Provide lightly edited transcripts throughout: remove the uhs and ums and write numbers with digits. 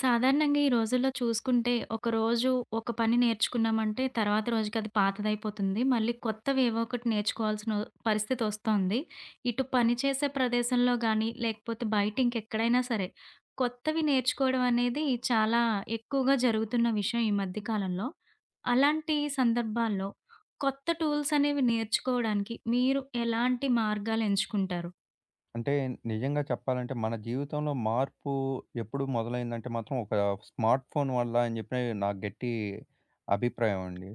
సాధారణంగా ఈ రోజుల్లో చూసుకుంటే, ఒకరోజు ఒక పని నేర్చుకున్నామంటే, తర్వాత రోజుకి అది పాతదైపోతుంది. మళ్ళీ కొత్తవి ఏవో ఒకటి నేర్చుకోవాల్సిన పరిస్థితొస్తోంది. ఇటు పని చేసే ప్రదేశంలో గానీ, లేకపోతే బయట ఇంకెక్కడైనా సరే, కొత్తవి నేర్చుకోవడం అనేది చాలా ఎక్కువగా జరుగుతున్న విషయం ఈ మధ్య కాలంలో. అలాంటి సందర్భాల్లో కొత్త టూల్స్ అనేవి నేర్చుకోవడానికి మీరు ఎలాంటి మార్గాలు ఎంచుకుంటారు? అంటే నిజంగా చెప్పాలంటే మన జీవితంలో మార్పు ఎప్పుడు మొదలైందంటే మాత్రం ఒక స్మార్ట్ ఫోన్ వల్ల అని చెప్పి నాకు గట్టి అభిప్రాయం అండి.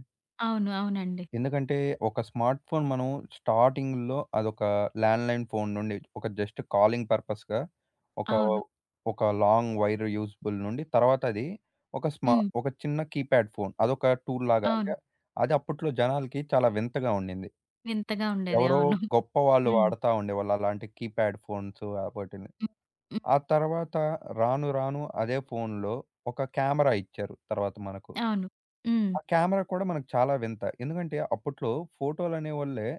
అవును. అవునండి. ఎందుకంటే ఒక స్మార్ట్ ఫోన్ మనం స్టార్టింగ్‌లో అదొక ల్యాండ్‌లైన్ ఫోన్ నుండి ఒక జస్ట్ కాలింగ్ పర్పస్‌గా ఒక అవును. ఒక లాంగ్ వైర్ యూజబుల్ నుండి తర్వాత అది ఒక స్మా హ్మ్. ఒక చిన్న కీప్యాడ్ ఫోన్. అదొక టూల్ లాగా అవును. అంటే అది అప్పట్లో జనాలకి చాలా వింతగా ఉండింది. వింతగా ఉండేది. ఎవరో అవును. గొప్పవాళ్ళు హ్మ్. వాడతా ఉండేవాళ్ళు అలాంటి కీప్యాడ్ ఫోన్స్ వాటిల్ని. హ్మ్. హ్మ్. ఆ తర్వాత రాను రాను అదే ఫోన్‌లో ఒక కెమెరా ఇచ్చారు తర్వాత మనకు. అవును. హ్మ్. ఆ కెమెరా కూడా మనకు చాలా వింత. ఎందుకంటే అప్పట్లో ఫోటోలనేవోళ్ళే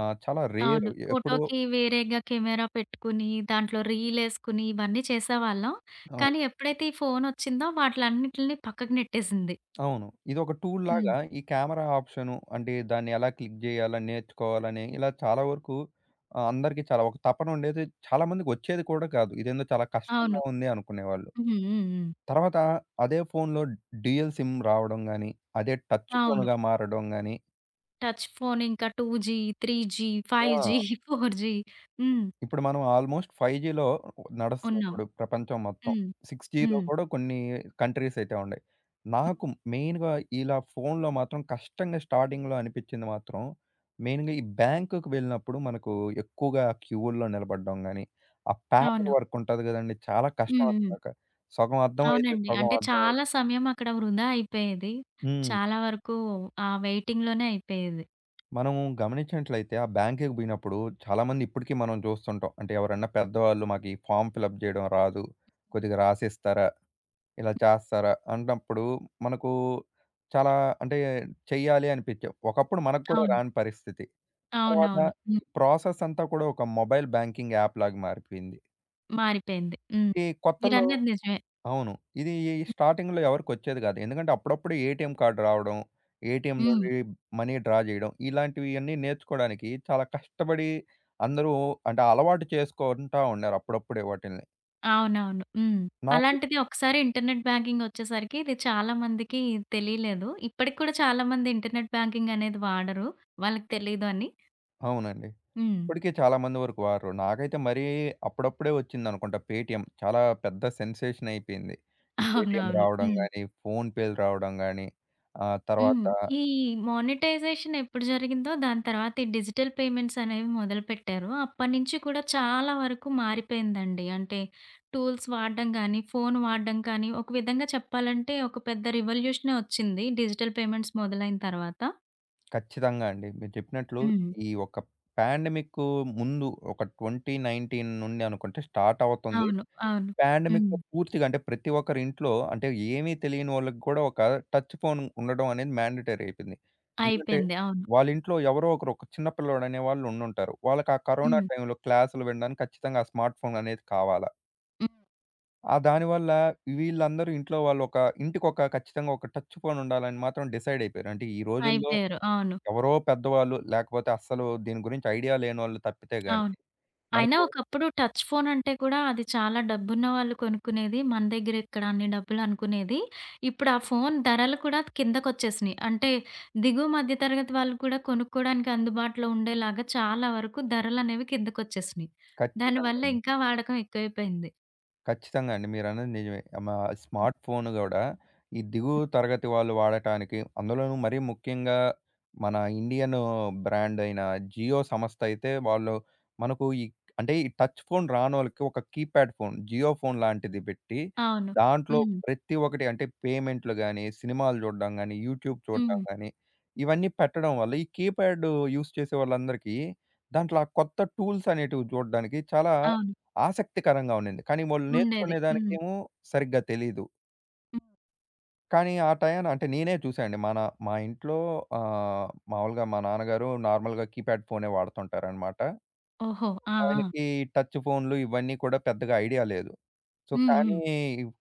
చాలా రేర్. అవును. ఎప్పుడో ఫోటోకి వేరేగా కెమెరా పెట్టుకుని, దాంట్లో రీలేసుకుని ఇవన్నీ చేసేవాళ్ళం. అవును. కానీ ఎప్పుడైతే ఈ ఫోనొచ్చిందో వాటిలన్నిటిని పక్కకు నెట్టేసింది. అవును. ఇదొక హ్మ్. టూల్‌లాగా ఈ కెమెరా ఆప్షను అంటే దాన్ని ఎలా క్లిక్ చేయాలని నేర్చుకోవాలని ఇలా చాలా వరకు అందరికీ చాలా ఒక తపన ఉండేది. చాలామందికి వచ్చేది కూడా కాదు. ఇదేందో చాలా అవును. కష్టంగా ఉంది అనుకునేవాళ్ళు. హ్మ్. హ్మ్. హ్మ్. తర్వాత అదే ఫోన్‌లో డ్యూయల్ సిమ్ రావడం గాని, అదే టచ్ అవును. ఫోన్‌గా మారడం గాని టచ్ ఫోన్ ఇంకా 2జీ, 3జీ, 5జీ, ఆ! 4జీ హ్మ్. ఇప్పుడు మనం ఆల్మోస్ట్ 5జీలో నడుస్తుంది ఉన్నాం. ఇప్పుడు ప్రపంచం మొత్తం. హ్మ్. 6జీలో హ్మ్. కూడా కొన్ని కంట్రీస్ అయితే ఉన్నాయి. నాకు మెయిన్‌గా ఇలా ఫోన్‌లో మాత్రం కష్టంగా స్టార్టింగ్‌లో అనిపించింది మాత్రం, మెయిన్‌గా ఈ బ్యాంకుకి వెళ్ళినప్పుడు మనకు ఎక్కువగా క్యూల్లో నిలబడడం గాని, ఆ పేపర్ అవును. వర్క్ ఉంటది గదండీ! చాలా హ్మ్. కష్టం హ్మ్. అసలక. సగం అర్థమైతే అవునండి. సగం అంటే అర్థం అవ్వదు. చాలా సమయం అక్కడ వృధా అయిపోయేది. హ్మ్. చాలా వరకు ఆ వెయిటింగ్‌లోనే అయిపోయేది. మనం గమనించినట్లయితే ఆ బ్యాంక్‌కి పోయినప్పుడు చాలామంది ఇప్పటికి మనం చూస్తుంటాం. అంటే ఎవరన్నా పెద్దవాళ్ళు మాకు ఈ ఫార్మ్ ఫిలప్ జేయడం రాదు, కొద్దిగా రాసిస్తారా? ఇలా చేస్తారా? అన్నప్పుడు మనకు చాలా అంటే చెయ్యాలి అనిపించే ఒకప్పుడు మనకు కూడా అవును. రాని పరిస్థితి. తర్వాత అవునవును. ఈ ప్రాసెస్ అంతా కూడా ఒక మొబైల్ బ్యాంకింగ్ యాప్ లాగా మారిపోయింది. మారిపోయింది. హ్మ్. ఈ కొత్తలో మీరన్నది నిజమే. అవును. ఇది స్టార్టింగ్‌లో ఎవరికొచ్చేది కాదు. ఎందుకంటే అప్పుడప్పుడు ఏటీఎం కార్డ్ రావడం, ఏటీఎం హ్మ్. నుండి మనీ డ్రా చేయడం ఇలాంటివియన్నీ నేర్చుకోవడానికి చాలా కష్టపడి అందరూ అంటే అలవాటు చేసుకుంటా ఉన్నారు అప్పుడప్పుడే వాటిల్ని. అవునవును. హ్మ్. నాకు అలాంటిది ఒకసారి ఇంటర్నెట్ బ్యాంకింగ్ ఒచ్చేసరికి ఇది చాలా మందికి తెలియలేదు. ఇప్పటికి కూడా చాలా మంది ఇంటర్నెట్ బ్యాంకింగ్ అనేది వాడరు. వాళ్ళకి తెలీదు అని. అవునండి. హ్మ్. ఇప్పటికి చాలా మంది వరకు వాడరు. నాకైతే మరీ అప్పుడప్పుడే వచ్చిందనుకుంటా పేటీఎం. చాలా పెద్ద సెన్సేషన్ అయిపోయింది. ఈ పేటీఎం అవునవును. రావడం హ్మ్. గానీ, ఫోన్‌పేలు రావడం గానీ, హ్మ్. తర్వాత ఈ మానిటైజేషన్ ఎప్పుడు జరిగిందో దాని తర్వాత ఈ డిజిటల్ పేమెంట్స్ అనేవి మొదలుపెట్టారు. అప్పటినుంచి కూడా చాలా వరకు మారిపోయిందండి. అంటే టూల్స్ వాడడం గానీ, ఫోను వాడడం కానీ, ఒక విధంగా చెప్పాలంటే ఒక పెద్ద రివల్యూషనే వచ్చింది డిజిటల్ పేమెంట్స్ మొదలైన తర్వాత. ఖచ్చితంగా అండి. మీరు చెప్పినట్లు హ్మ్. ఈ ఒక పాండమిక్కు ముందు ఒక 2019 నుండి అనుకుంటే స్టార్ట్ అవుతుంది. అవును. అవును. హ్మ్. పాండమిక్‌లో పూర్తిగా అంటే ప్రతి ఒక్కరి ఇంట్లో అంటే ఏమీ తెలియనోళ్ళకి కూడా ఒక టచ్ ఫోన్ ఉండడం అనేది మ్యాండేటరీ అయిపోయింది. ఎందుకంటే అయిపోయింది. అవును. వాళ్ళ ఇంట్లో ఎవరో ఒకరు ఒక చిన్న పిల్లోడు అనేవాళ్ళు ఉండుంటారు. వాళ్ళకి ఆ కరోనా హ్మ్. టైంలో క్లాసులు వినడానికి ఖచ్చితంగా ఆ స్మార్ట్ ఫోన్ అనేది కావాలా. హ్మ్. ఆ దానివల్ల వీళ్ళందరూ ఇంట్లో వాళ్ళు ఒక ఇంటికొక ఖచ్చితంగా ఒక టచ్ ఫోన్ ఉండాలని మాత్రం డిసైడ్ అయిపోయారు. అంటే ఈ రోజుల్లో అయిపోయారు. అవును. ఎవరో పెద్దవాళ్ళు లేకపోతే అస్సలు దీని గురించి ఐడియా లేనోళ్ళు తప్పితే గాని అవును. అయినా మనకు ఒకప్పుడు టచ్ ఫోన్ అంటే కూడా అది చాలా డబ్బున్న వాళ్ళు కొనుక్కునేది. మన దగ్గర ఎక్కడ అన్ని డబ్బులు అనుకునేది. ఇప్పుడు ఆ ఫోన్ ధరలు కూడా కిందకొచ్చేసినియి. అంటే దిగువ మధ్య తరగతి వాళ్ళు కూడా కొనుక్కోవడానికి అందుబాటులో ఉండేలాగా చాలా వరకు ధరలనేవి కిందకొచ్చేసినియి. ఖచ్చితంగా. దానివల్ల ఇంకా వాడకం ఎక్కువైపోయింది. ఖచ్చితంగా అండి. మీరన్నది నిజమే. మా స్మార్ట్ ఫోన్ గూడా ఈ దిగువ తరగతి వాళ్ళు వాడటానికి అందులోనూ మరీ ముఖ్యంగా మన ఇండియన్ బ్రాండ్ అయిన జియో సంస్థ అయితే వాళ్ళు మనకు ఈ అంటే ఈ టచ్ ఫోన్ రానోళ్ళకి ఒక కీప్యాడ్ ఫోన్ జియో ఫోన్ లాంటిది పెట్టి అవును. దాంట్లో హ్మ్. ప్రతి ఒక్కటి అంటే పేమెంట్లు గాని, సినిమాలు చూడడం గాని, యూట్యూబ్ చూడడం హ్మ్. గాని ఇవన్నీ పెట్టడం వల్ల ఈ కీప్యాడ్ యూజ్ చేసే వాళ్ళందరికీ దాంట్లో ఆ కొత్త టూల్స్ అనేటివి చూడడానికి చాలా అవును. ఆసక్తికరంగా ఉండింది. కానీ వాళ్ళు ఉండేది. నేర్చుకునే హ్మ్. దానికేమో సరిగ్గా తెలీదు. హ్మ్. కానీ ఆ టయాన అంటే నేనే చూశా అండి. మన మా ఇంట్లో ఆహ్, మామూలుగా మా నాన్నగారు నార్మల్‌గా కీప్యాడ్ ఫోనే వాడుతుంటారనమాట. ఓహో! ఆ! ఆ! ఆయనకి టచ్ ఫోన్లు ఇవన్నీ కూడా పెద్దగా ఐడియా లేదు. సో, హ్మ్. కానీ హ్మ్.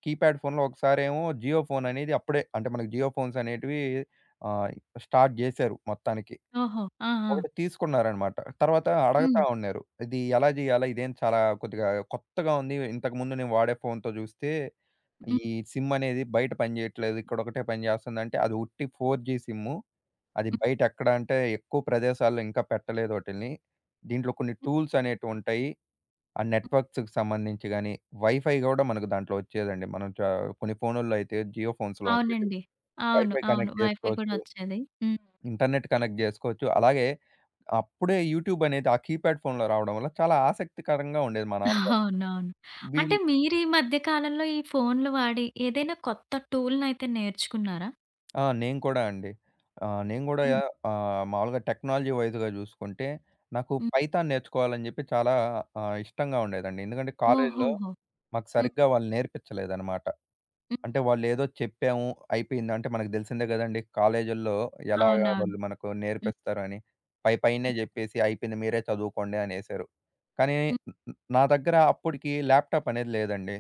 కీప్యాడ్ ఫోన్‌లో ఒకసారేమో జియో ఫోన్ అనేది అప్పుడే అంటే మనకు జియో ఫోన్స్ అనేటివి ఆహ్, స్టార్ట్ జేశారు మొత్తానికి. ఓహో! ఆ! ఆ! ఒకటి తీసుకున్నారనమాట. తర్వాత అడగతా హ్మ్. ఉన్నారు. ఇది ఎలా జేయాలా? ఇదేం చాలా కొద్దిగా కొత్తగా ఉంది. ఇంతకుముందు నేను వాడే ఫోన్‌తో జూస్తే ఈ హ్మ్. సిమ్ అనేది బయట పనిచేయట్లేదు. ఇక్కడొకటే పని చేస్తుందంటే అది ఉట్టి 4జీ సిమ్ము. అది హ్మ్. బయట ఎక్కడ అంటే ఎక్కువ ప్రదేశాల్లో ఇంకా పెట్టలేదు ఓటిల్ని. దీంట్లో కొన్ని టూల్స్ హ్మ్. అనేటివుంటాయి. ఆ నెట్వర్క్స్‌కి సంబంధించి గాని, వైఫై గూడా మనకు దాంట్లో వచ్చేదండి. మనం చ కొన్ని ఫోనుల్లో అయితే జియో ఫోన్స్‌లో ఉండేటివి. అవునండి. అవును. వైఫై అవును. కనెక్ట్ వైఫై కూడా చేసుకోవచ్చు. వచ్చేది. హ్మ్. ఇంటర్నెట్ కనెక్ట్ జేసుకోవచ్చు. అలాగే అప్పుడే యూట్యూబ్ అనేది ఆ కీప్యాడ్ ఫోన్‌లో రావడం వల్ల చాలా ఆసక్తికరంగా ఉండేది మా నాన్నగారికి. అవునవును. అంటే వీళ్ళు మీరు ఈ మధ్య కాలంలో ఈ ఫోన్‌లు వాడి ఏదైనా కొత్త టూల్‌నైతే నేర్చుకున్నారా? ఆ! నేను కూడా అండి. నేను గూడా హ్మ్. మామూలుగా టెక్నాలజీ వైస్‌గా జూసుకుంటే, నాకు హ్మ్. పైథాన్ నేర్చుకోవాలని జెప్పి చాలా ఇష్టంగా ఉండేదండి. ఎందుకంటే, కాలేజీలో ఓహోహో! మాకు హ్మ్. సరిగ్గా వాళ్ళు నేర్పించలేదనమాట. హ్మ్. అంటే వాళ్ళేదో చెప్పాము, అయిపోయింది. అంటే మనకు దెలిసిందే గదండీ కాలేజీల్లో ఎలాగా అవునవును. వాళ్ళు మనకు హ్మ్. నేర్పిస్తారు అని. పైపైనే జెప్పేసి అయిపోయింది మీరే చదువుకోండి అనేశారు. కానీ హ్మ్. నా దగ్గర అప్పటికి ల్యాప్‌టాప్ అనేది లేదండి.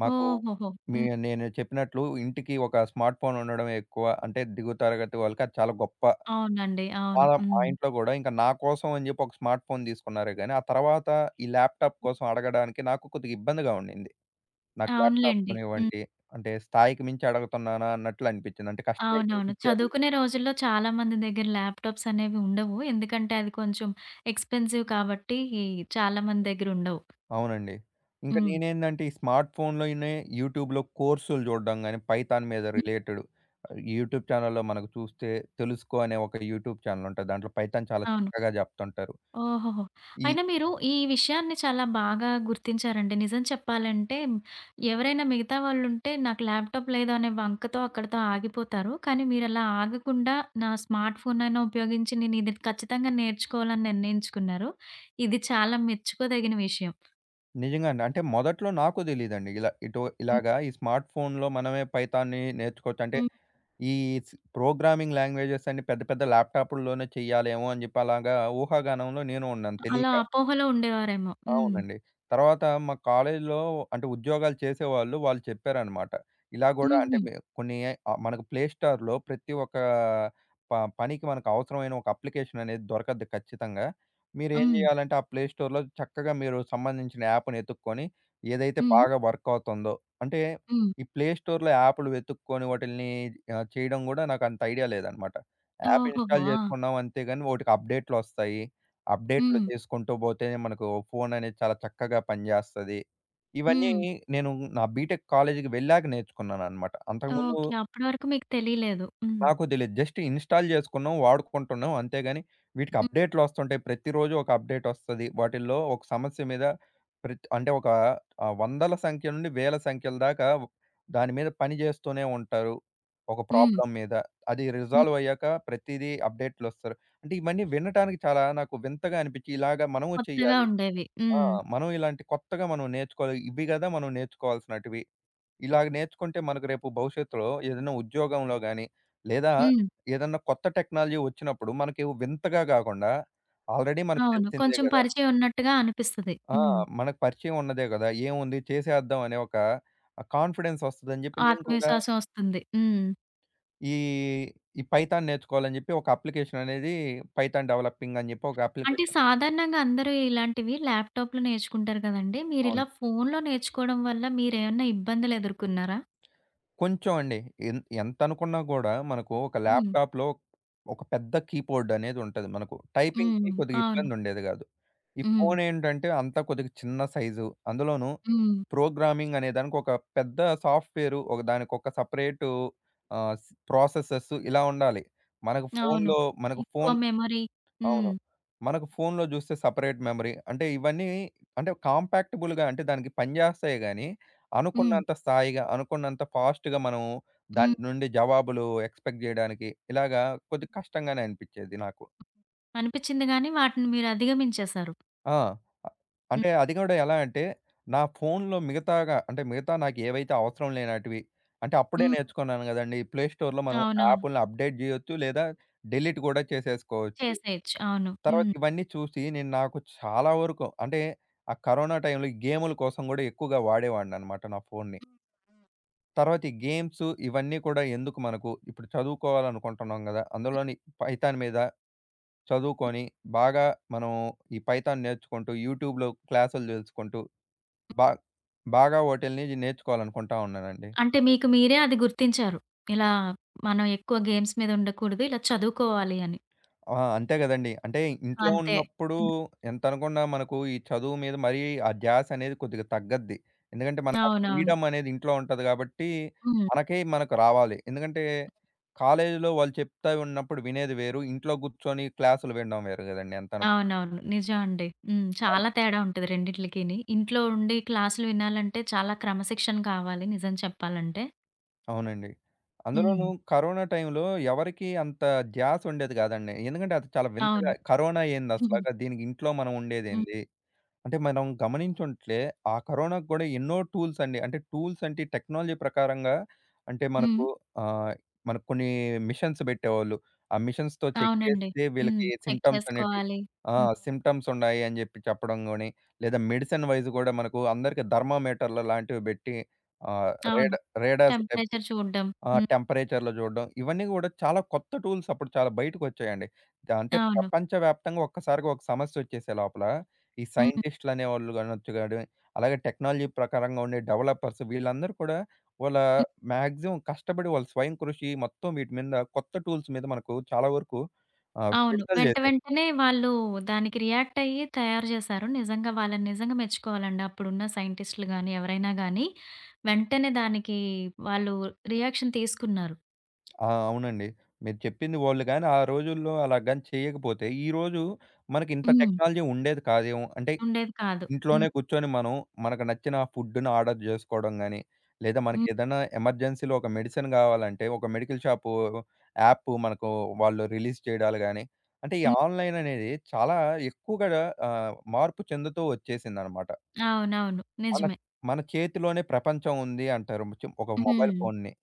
మాకు ఓహోహో! మీ హ్మ్. నేను చెప్పినట్లు ఇంటికి ఒక స్మార్ట్ ఫోన్ ఉండడం ఎక్కువ. అంటే దిగువ తరగతి వాళ్ళకి అది చాలా గొప్ప. అవునండి. అవును. వాళ్ళ మా హ్మ్. ఇంట్లో గూడా ఇంకా నా కోసం అని జెప్పి ఒక స్మార్ట్ ఫోన్ తీసుకున్నారే గానీ, ఆ తర్వాత ఈ ల్యాప్‌టాప్ హ్మ్. కోసం అడగడానికి నాకు కొద్దిగా ఇబ్బందిగా ఉండింది. నాకు ల్యాప్‌టాప్ అవునులెండి. హ్మ్. కొనివ్వండి. అంటే స్థాయికి మించి అడుగుతున్నానా అన్నట్లు అనిపించింది. అంటే కష్టపడి అవునవును. తీసిచ్చారు. చదువుకునే రోజుల్లో చాలా మంది దగ్గర ల్యాప్‌టాప్స్ అనేవి ఉండవు. ఎందుకంటే అవి కొంచెం ఎక్స్‌పెన్సివ్ కాబట్టి చాలా మంది దగ్గర ఉండవు. అవునండి. ఇంకా హ్మ్. నేనేందంటే ఈ స్మార్ట్ ఫోన్‌లోనే యూట్యూబ్‌లో కోర్సులు చూడడం గాని, పైథాన్ మీద హ్మ్. రిలేటెడ్ యూట్యూబ్ ఛానెల్‌లో మనకు చూస్తే తెలుసుకో అనే ఒక యూట్యూబ్ ఛానెల్ ఉంటది. దాంట్లో పైథాన్ చాలా అవును. చక్కగా చెప్తుంటారు. ఓహోహో! ఈ అయినా మీరు ఈ విషయాన్ని చాలా బాగా గుర్తించారండి. నిజం చెప్పాలంటే ఎవరైనా మిగతా వాళ్ళుంటే నాకు ల్యాప్‌టాప్ లేదు అనే వంకతో అక్కడితో ఆగిపోతారు. కానీ మీరలా ఆగకుండా నా స్మార్ట్ ఫోన్ అయినా ఉపయోగించి నేను ఇది ఖచ్చితంగా నేర్చుకోవాలని నిర్ణయించుకున్నారు. ఇది చాలా మెచ్చుకోదగిన విషయం. నిజంగా అండి. అంటే మొదట్లో నాకు తెలీదండి. ఇలా ఇటు హ్మ్. ఇలాగా ఈ స్మార్ట్ ఫోన్‌లో మనమే పైథాన్‌ని నేర్చుకోవచ్చు. అంటే హ్మ్. ఈ ప్రోగ్రామింగ్ లాంగ్వేజెస్ అన్ని పెద్ద పెద్ద ల్యాప్‌టాపుల్లోనే చేయాలేమో అని చెప్పి అలాగా ఊహాగానంలో నేను ఉన్నాను అలా తెలీక. అపోహలో ఉండేవారేమో. హ్మ్. అవునండి. తర్వాత మా కాలేజీలో అంటే ఉద్యోగాలు చేసేవాళ్ళు వాళ్ళు చెప్పారనమాట. ఇలా గూడా అంటే హుహు. కొన్ని మనకు ప్లే స్టోర్‌లో ప్రతి ఒక్క ప పనికి మనకు అవసరమైన ఒక అప్లికేషన్ అనేది దొరకద్ది ఖచ్చితంగా. మీరేం హ్మ్. జేయాలంటే ఆ ప్లే స్టోర్‌లో చక్కగా మీరు సంబంధించిన యాప్‌ని ఎతుక్కొని ఏదైతే హ్మ్. బాగా వర్క్ అవుతుందో అంటే హ్మ్. ఈ ప్లే స్టోర్‌లో యాప్‌లు వెతుక్కొని వాటిల్ని చేయడం గూడా నాకు అంత ఐడియా లేదనమాట. యాప్ ఓహోహో! ఇన్‌స్టాల్ ఆ! జేసుకున్నాం అంతే గాని వోటికి అప్‌డేట్‌లొస్తాయి. అప్‌డేట్‌లు హ్మ్. చేసుకుంటూ బోతేనే మనకు ఫోన్ అనేది చాలా చక్కగా పనిజేస్తది. ఇవన్నీ హ్మ్. నేను నా బీటెక్ కాలేజీకి వెళ్ళాక నేర్చుకున్నానన్నమాట. అంతకుముందు ఓకే. అప్పటి వరకు మీకు తెలియలేదు. హ్మ్. నాకు తెలీదు. జస్ట్ ఇన్‌స్టాల్ చేసుకున్నాం, వాడుకుంటున్నాం. అంతేగాని వీటికి హ్మ్. అప్‌డేట్‌లు వస్తుంటాయి. ప్రతిరోజు ఒక అప్‌డేట్ వస్తది. వాటిల్లో ఒక సమస్య మీద ప్రతి అంటే ఒక వందల సంఖ్య నుండి వేల సంఖ్యల దాకా దాని మీద పని చేస్తూనే ఉంటారు. ఒక హ్మ్. ప్రాబ్లమ్ మీద. అది హ్మ్. రిజాల్వ్ అయ్యాక ప్రతిదీ అప్‌డేట్‌లు వస్తారు. అంటే ఇవన్నీ వినటానికి చాలా నాకు వింతగా అనిపించి ఇలాగ మనము కొత్తగా చేయాలి. ఉండేవి. ఆ! హ్మ్. మనం ఇలాంటి కొత్తగా మనం నేర్చుకోవాలి. ఇవి కదా మనం నేర్చుకోవాల్సినటివి. ఇలాగ నేర్చుకుంటే మనకు రేపు భవిష్యత్తులో ఏదైనా ఉద్యోగంలో గాని, లేదా హ్మ్. ఏదన్నా కొత్త టెక్నాలజీ వచ్చినప్పుడు మనకి వింతగా కాకుండా ఆల్రెడీ మనకు అవును. తెలిసిందే కొంచెం గదా! పరిచయం ఉన్నట్టుగా అనిపిస్తది. ఆ! హ్మ్. మనకు పరిచయం ఉన్నదే గదా! ఏముంది చేసేద్దాం అనే ఒక కాన్ఫిడెన్స్ వస్తదని జెప్పి నేను కూడా ఆత్మవిశ్వాసం వస్తుంది. హ్మ్. ఈ, ఈ పైథాన్ నేర్చుకోవాలని జెప్పి ఒక అప్లికేషన్ అనేది పైథాన్ డెవలపింగ్ అని జెప్పి ఒక అంటే అప్లికేషన్ సాధారణంగా అందరూ ఇలాంటివి ల్యాప్‌టాప్‌లో నేర్చుకుంటారు కదండీ! మీరిలా అవును. ఫోన్‌లో నేర్చుకోవడం వల్ల మీరేమన్నా ఇబ్బందులు ఎదుర్కొన్నారా? కొంచెం అండి. ఎంతనుకున్నా గూడా మనకు ఒక హ్మ్. ల్యాప్‌టాప్‌లో ఒక పెద్ద కీబోర్డ్ అనేది ఉంటది మనకు. హ్మ్. టైపింగ్‌కి కొద్దిగా అవును. ఇబ్బందుండేది గాదు. ఈ హ్మ్. ఫోన్ ఏంటంటే అంతా కొద్దిగా చిన్న సైజు. అందులోనూ హ్మ్. ప్రోగ్రామింగ్ అనే దానికి ఒక పెద్ద సాఫ్ట్‌వేరు ఒక దానికొక సెపరేటు ఆహ్, స్ ప్రాసెసెస్ ఇలా ఉండాలి. మనకు అవును. ఫోన్‌లో మనకు ఎక్కువ ఫోన్ మెమరీ హ్మ్. అవును. మనకు ఫోన్‌లో జూస్తే సెపరేట్ మెమరీ. అంటే ఇవన్నీ అంటే కాంపాక్టబుల్‌గా అంటే దానికి పనిజేస్తాయి గానీ, హ్మ్. అనుకున్నంత స్థాయిగా, అనుకున్నంత ఫాస్ట్‌గా మనం దాని హ్మ్. నుండి జవాబులు ఎక్స్‌పెక్ట్ జేయడానికి ఇలాగా కొద్దిగా కష్టంగానే అనిపిచ్చేది నాకు. అనిపిచ్చింది గానీ వాటిని మీరు అధిగమించేశారు. ఆ! అంటే హ్మ్. అది గూడా ఎలా అంటే, నా ఫోన్‌లో మిగతాగా అంటే మిగతా నాకు ఏవైతే అవసరం లేనటివి అంటే అప్పుడే హ్మ్. నేర్చుకున్నాను గదండీ! ప్లే స్టోర్‌లో మనం అవునవును. యాపుల్ని అప్‌డేట్ జేయొచ్చు. లేదా డిలీట్ గూడా చేసేసుకోవచ్చు. చేసేయొచ్చు. అవును. తర్వాత హ్మ్. ఇవన్నీ చూసి నేను నాకు చాలా వరకు అంటే ఆ కరోనా టైంలో ఈ గేముల కోసం గూడా ఎక్కువగా వాడేవాడిననమాట నా ఫోన్ని. తర్వాత ఈ గేమ్స్ ఇవన్నీ కూడా ఎందుకు మనకు? ఇప్పుడు చదువుకోవాలనుకుంటున్నాం గదా! అందులోని పైథాన్ మీద చదువుకొని బాగా మనం ఈ పైథాన్ నేర్చుకుంటూ యూట్యూబ్‌లో క్లాసులు తెలుసుకుంటూ బా బాగా వాటిల్ని నేర్చుకోవాలనుకుంటా ఉన్నానండి. అంటే మీకు మీరే అది గుర్తించారు. ఇలా మనం ఎక్కువ గేమ్స్ మీద ఉండకూడదు. ఇలా చదువుకోవాలి అని. ఆ! అంతే గదండీ. అంటే ఇంట్లో అంతే. ఉన్నప్పుడు హ్మ్. ఎంతనుకున్నా మనకు ఈ చదువు మీద మరీ ఆ ధ్యాసనేది కొద్దిగా తగ్గద్ది. ఎందుకంటే మనకు ఆ అవునవును. ఫ్రీడమ్ అనేది ఇంట్లో ఉంటది గాబట్టి, హ్మ్. మనకి మనకు రావాలి. ఎందుకంటే కాలేజీలో వాళ్ళు చెప్తా ఉన్నప్పుడు వినేది వేరు. ఇంట్లో కూర్చొని క్లాసులు వినడం వేరు గదండీ ఎంతనుకున్నా. అవునవును. నిజం అండి. హ్మ్. అన్ చాలా తేడా ఉంటది రెండిట్లికిని. ఇంట్లో ఉండి క్లాసులు వినాలంటే చాలా క్రమశిక్షణ కావాలి నిజం చెప్పాలంటే. అవునండి. హ్మ్. అందులోనూ కరోనా టైంలో ఎవరికీ అంత ధ్యాస ఉండేది గాదండి. ఎందుకంటే అది చాలా వింతగా అవును. కరోనా హ్మ్. ఏందసలగా? దీనికి ఇంట్లో మనం హ్మ్. ఉండేదేంది? అంటే మనం గమనించుంటే ఆ కరోనాకు గూడా ఎన్నో టూల్స్ అండి. అంటే టూల్స్ అంటే టెక్నాలజీ ప్రకారంగా అంటే హ్మ్. మనకు ఆహ్, మనకు కొన్ని మిషన్స్ బెట్టేవాళ్ళు. ఆ మిషన్స్‌తో చెక్ అవునండి. చేస్తే హ్మ్. వీళ్ళకి చెక్ సింప్టమ్స్ అనేటివి చేసుకోవాలి. ఆ! హ్మ్. సింప్టమ్స్ ఉన్నాయి అని జెప్పి చెప్పడం గాని, లేదా మెడిసిన్ వైస్ గూడా మనకు అందరికి థర్మామీటర్‌లు లాంటివి బెట్టి ఆహ్, అవును. రేడ రేడాస్ టైప్ టెంపరేచర్ చూడడం. ఆ! హ్మ్. టెంపరేచర్‌లో జూడడం. ఇవన్నీ గూడా చాలా కొత్త టూల్స్ అప్పుడు చాలా బయటకొచ్చాయండి. అంటే అవును. ప్రపంచవ్యాప్తంగా ఒక్కసారిగా ఒక సమస్యొచ్చేసే లోపల, ఈ హ్మ్. సైంటిస్ట్‌లనేవాళ్ళు గానొచ్చు గాని, అలాగే టెక్నాలజీ ప్రకారంగా ఉండే డెవలపర్స్ వీళ్ళందరూ కూడా వాళ్ళ మాక్సిమం కష్టపడి వాళ్ళ స్వయం కృషి మొత్తం వీటి మీద కొత్త టూల్స్ మీద మనకు చాలా వరకు అవును. విడుదల వెంట జేశారు. వెంటనే వాళ్ళు దానికి రియాక్ట్ అయ్యి తయారు చేశారు. నిజంగా వాళ్ళని నిజంగా మెచ్చుకోవాలండి. అప్పుడున్న సైంటిస్ట్‌లు గాని, ఎవరైనా గాని వెంటనే దానికి వాళ్ళు రియాక్షన్ తీసుకున్నారు. ఆ! అవునండి. మీరు చెప్పింది వాళ్ళు గాని ఆ రోజుల్లో అలా గాని చేయకపోతే, ఈరోజు మనకి ఇంత హ్మ్. టెక్నాలజీ ఉండేది కాదేమో. అంటే ఉండేది కాదు. ఇంట్లోనే హ్మ్. కూర్చొని మనం మనకు నచ్చిన ఫుడ్‌ని ఆర్డర్ జేసుకోవడం గాని, లేదా హ్మ్. మనకేదైనా ఎమర్జెన్సీలో ఒక మెడిసిన్ గావాలంటే, ఒక మెడికల్ షాపు యాప్ మనకు వాళ్ళు రిలీజ్ చేయడాలు గాని, అంటే ఈ హ్మ్. ఆన్‌లైన్ అనేది చాలా ఎక్కువగా మార్పు చెందుతూ వచ్చేసిందనమాట. అవునవును. మన నిజమే. మన చేతిలోనే ప్రపంచం ఉంది అంటారు. ఒక మొబైల్ హ్మ్. ఫోన్‌ని.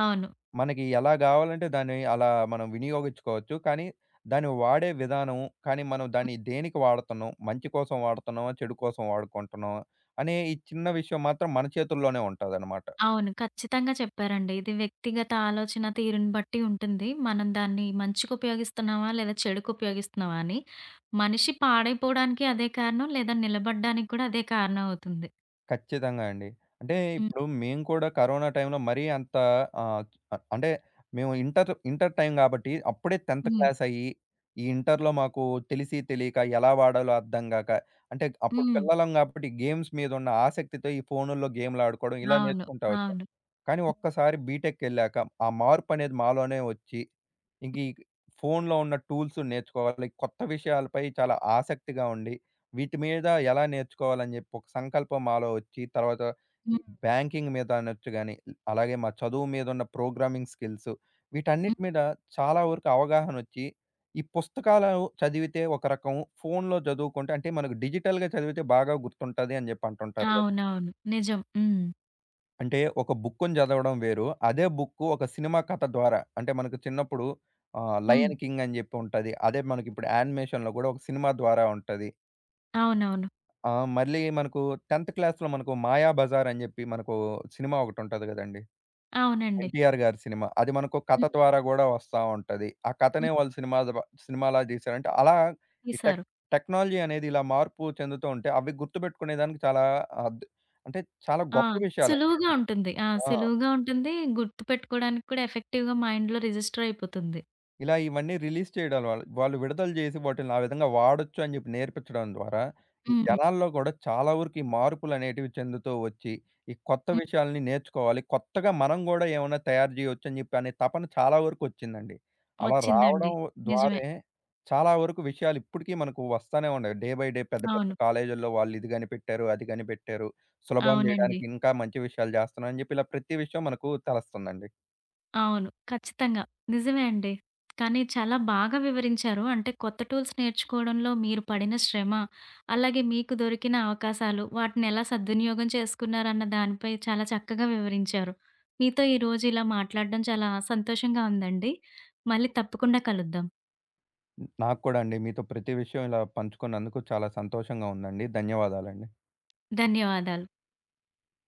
అవును. మనకి ఎలా గావాలంటే దాన్ని అలా మనం వినియోగించుకోవచ్చు. కానీ, దాన్ని వాడే విధానం, కానీ మనం హ్మ్. దాన్ని దేనికి వాడుతున్నాం? మంచి కోసం వాడుతున్నామా? చెడు కోసం వాడుకుంటున్నామా? అనే ఈ చిన్న విషయం మాత్రం మన చేతుల్లోనే ఉంటదనమాట. అవును. ఖచ్చితంగా చెప్పారండి. ఇది వ్యక్తిగత ఆలోచన తీరుని బట్టి ఉంటుంది. మనం దాన్ని మంచికి ఉపయోగిస్తున్నామా? లేదా చెడుకు ఉపయోగిస్తున్నామా అని. మనిషి పాడైపోవడానికి అదే కారణం. లేదా నిలబడడానికి కూడా అదే కారణం అవుతుంది. ఖచ్చితంగా అండి. అంటే హ్మ్. ఇప్పుడు మేము కూడా కరోనా టైంలో మరీ అంత ఆహ్, ఆహ్, అంటే మేము ఇంటర్ ఇంటర్ టైం గాబట్టి అప్పుడే 10థ్ హ్మ్. క్లాస్ అయ్యి, ఈ ఇంటర్‌లో మాకు తెలిసి తెలియక ఎలా వాడాలో అర్థం గాక, అంటే అప్పుడు హ్మ్. పిల్లలం గాబట్టి గేమ్స్ మీద ఉన్న ఆసక్తితో ఈ ఫోనుల్లో గేమ్‌లాడుకోవడం ఇలా అవును. నేర్చుకుంటా వచ్చాం. అవును. కానీ హ్మ్. ఒక్కసారి బీటెక్‌కెళ్ళాక ఆ మార్పనేది మాలోనే వచ్చి, ఇంక ఈ ఫోన్‌లో ఉన్న టూల్స్ నేర్చుకోవాలి, కొత్త విషయాలపై చాలా ఆసక్తిగా ఉండి, వీటి మీద ఎలా నేర్చుకోవాలని జెప్పి ఒక సంకల్పం మాలో వచ్చి, తర్వాత ఈ బ్యాంకింగ్ మీద అనొచ్చు గాని, అలాగే మా చదువు మీదున్న ప్రోగ్రామింగ్ స్కిల్స్ హ్మ్. వీటన్నిటి మీద చాలా వరకు అవగాహనొచ్చి, ఈ పుస్తకాలను చదివితే ఒక రకం, ఫోన్‌లో చదువుకుంటే అంటే మనకు డిజిటల్‌గా చదివితే బాగా గుర్తుంటది అని జెప్పి అంటుంటారు గదా! అవునవును. నిజం. హ్మ్. అంటే ఒక బుక్కుని చదవడం వేరు. అదే బుక్కు ఒక సినిమా కథ ద్వారా అంటే మనకు చిన్నప్పుడు హ్మ్. 'లయన్ కింగ్' అని చెప్పి ఉంటది. అదే మనకిప్పుడు యానిమేషన్‌లో కూడా ఒక సినిమా ద్వారా ఉంటది. అవునవును. మళ్ళీ మనకు 10థ్ క్లాస్‌లో మనకు 'మాయాబజార్' అని చెప్పి మనకు సినిమా ఒకటుంటది కదండీ! అవునండి. 'ఎన్టీఆర్' గారి సినిమా. అది మనకు కథ హ్మ్. ద్వారా కూడా వస్తా ఉంటది. ఆ కథనే హ్మ్. వాళ్ళు సినిమా సినిమాలా తీశారంటే అలా ఈ తీశారు. టెక్నాలజీ అనేది ఇలా మార్పు చెందుతూ ఉంటే అవి గుర్తుపెట్టుకునేదానికి చాలా అద్ అంటే చాలా ఆ! గొప్ప విషయాలండి సులువుగా అవి. ఉంటుంది. ఆ! ఆ! సులువుగా ఉంటుంది. గుర్తుపెట్టుకోవడానికి కూడా ఎఫెక్టివ్‌గా మైండ్‌లో రిజిస్టర్ అయిపోతుంది. ఇలా ఇవన్నీ రిలీజ్ చేయడం వాళ్ళు వాళ్ళు విడుదల చేసి వాటిల్ని ఆ విధంగా వాడొచ్చు అని చెప్పి నేర్పించడం ద్వారా ఈ హ్మ్. జనాల్లో కూడా చాలా వరకు ఈ మార్పులు అనేటివి చెందుతూ వచ్చి ఈ కొత్త హ్మ్. విషయాల్ని నేర్చుకోవాలి కొత్తగా మనం కూడా ఏమైనా తయారు చేయవచ్చు అని చెప్పి అనే తపన చాలా వరకు వచ్చిందండి అలా వచ్చిందండి. రావడం నిజమే. ద్వారా చాలా వరకు విషయాలు ఇప్పటికీ మనకు వస్తానే ఉన్నాయి డే బై డే పెద్ద పెద్ద అవును. కాలేజీల్లో వాళ్ళు ఇది కనిపెట్టారు అది కనిపెట్టారు సులభం అవునండి. చేయడానికి ఇంకా మంచి విషయాలు చేస్తున్నారు అని చెప్పి ఇలా ప్రతి విషయం మనకు తెలుస్తుందండి. అవును. ఖచ్చితంగా. నిజమే అండి. కానీ చాలా బాగా వివరించారు. అంటే కొత్త టూల్స్ నేర్చుకోవడంలో మీరు పడిన శ్రమ, అలాగే మీకు దొరికిన అవకాశాలు, వాటిని ఎలా సద్వినియోగం చేసుకున్నారన్న దానిపై చాలా చక్కగా వివరించారు. మీతో ఈరోజు ఇలా మాట్లాడడం చాలా సంతోషంగా ఉందండి. మళ్ళీ తప్పకుండా కలుద్దాం. నాకు కూడా అండి. మీతో ప్రతి విషయం ఇలా పంచుకున్నందుకు చాలా సంతోషంగా ఉందండి. ధన్యవాదాలండి. ధన్యవాదాలు.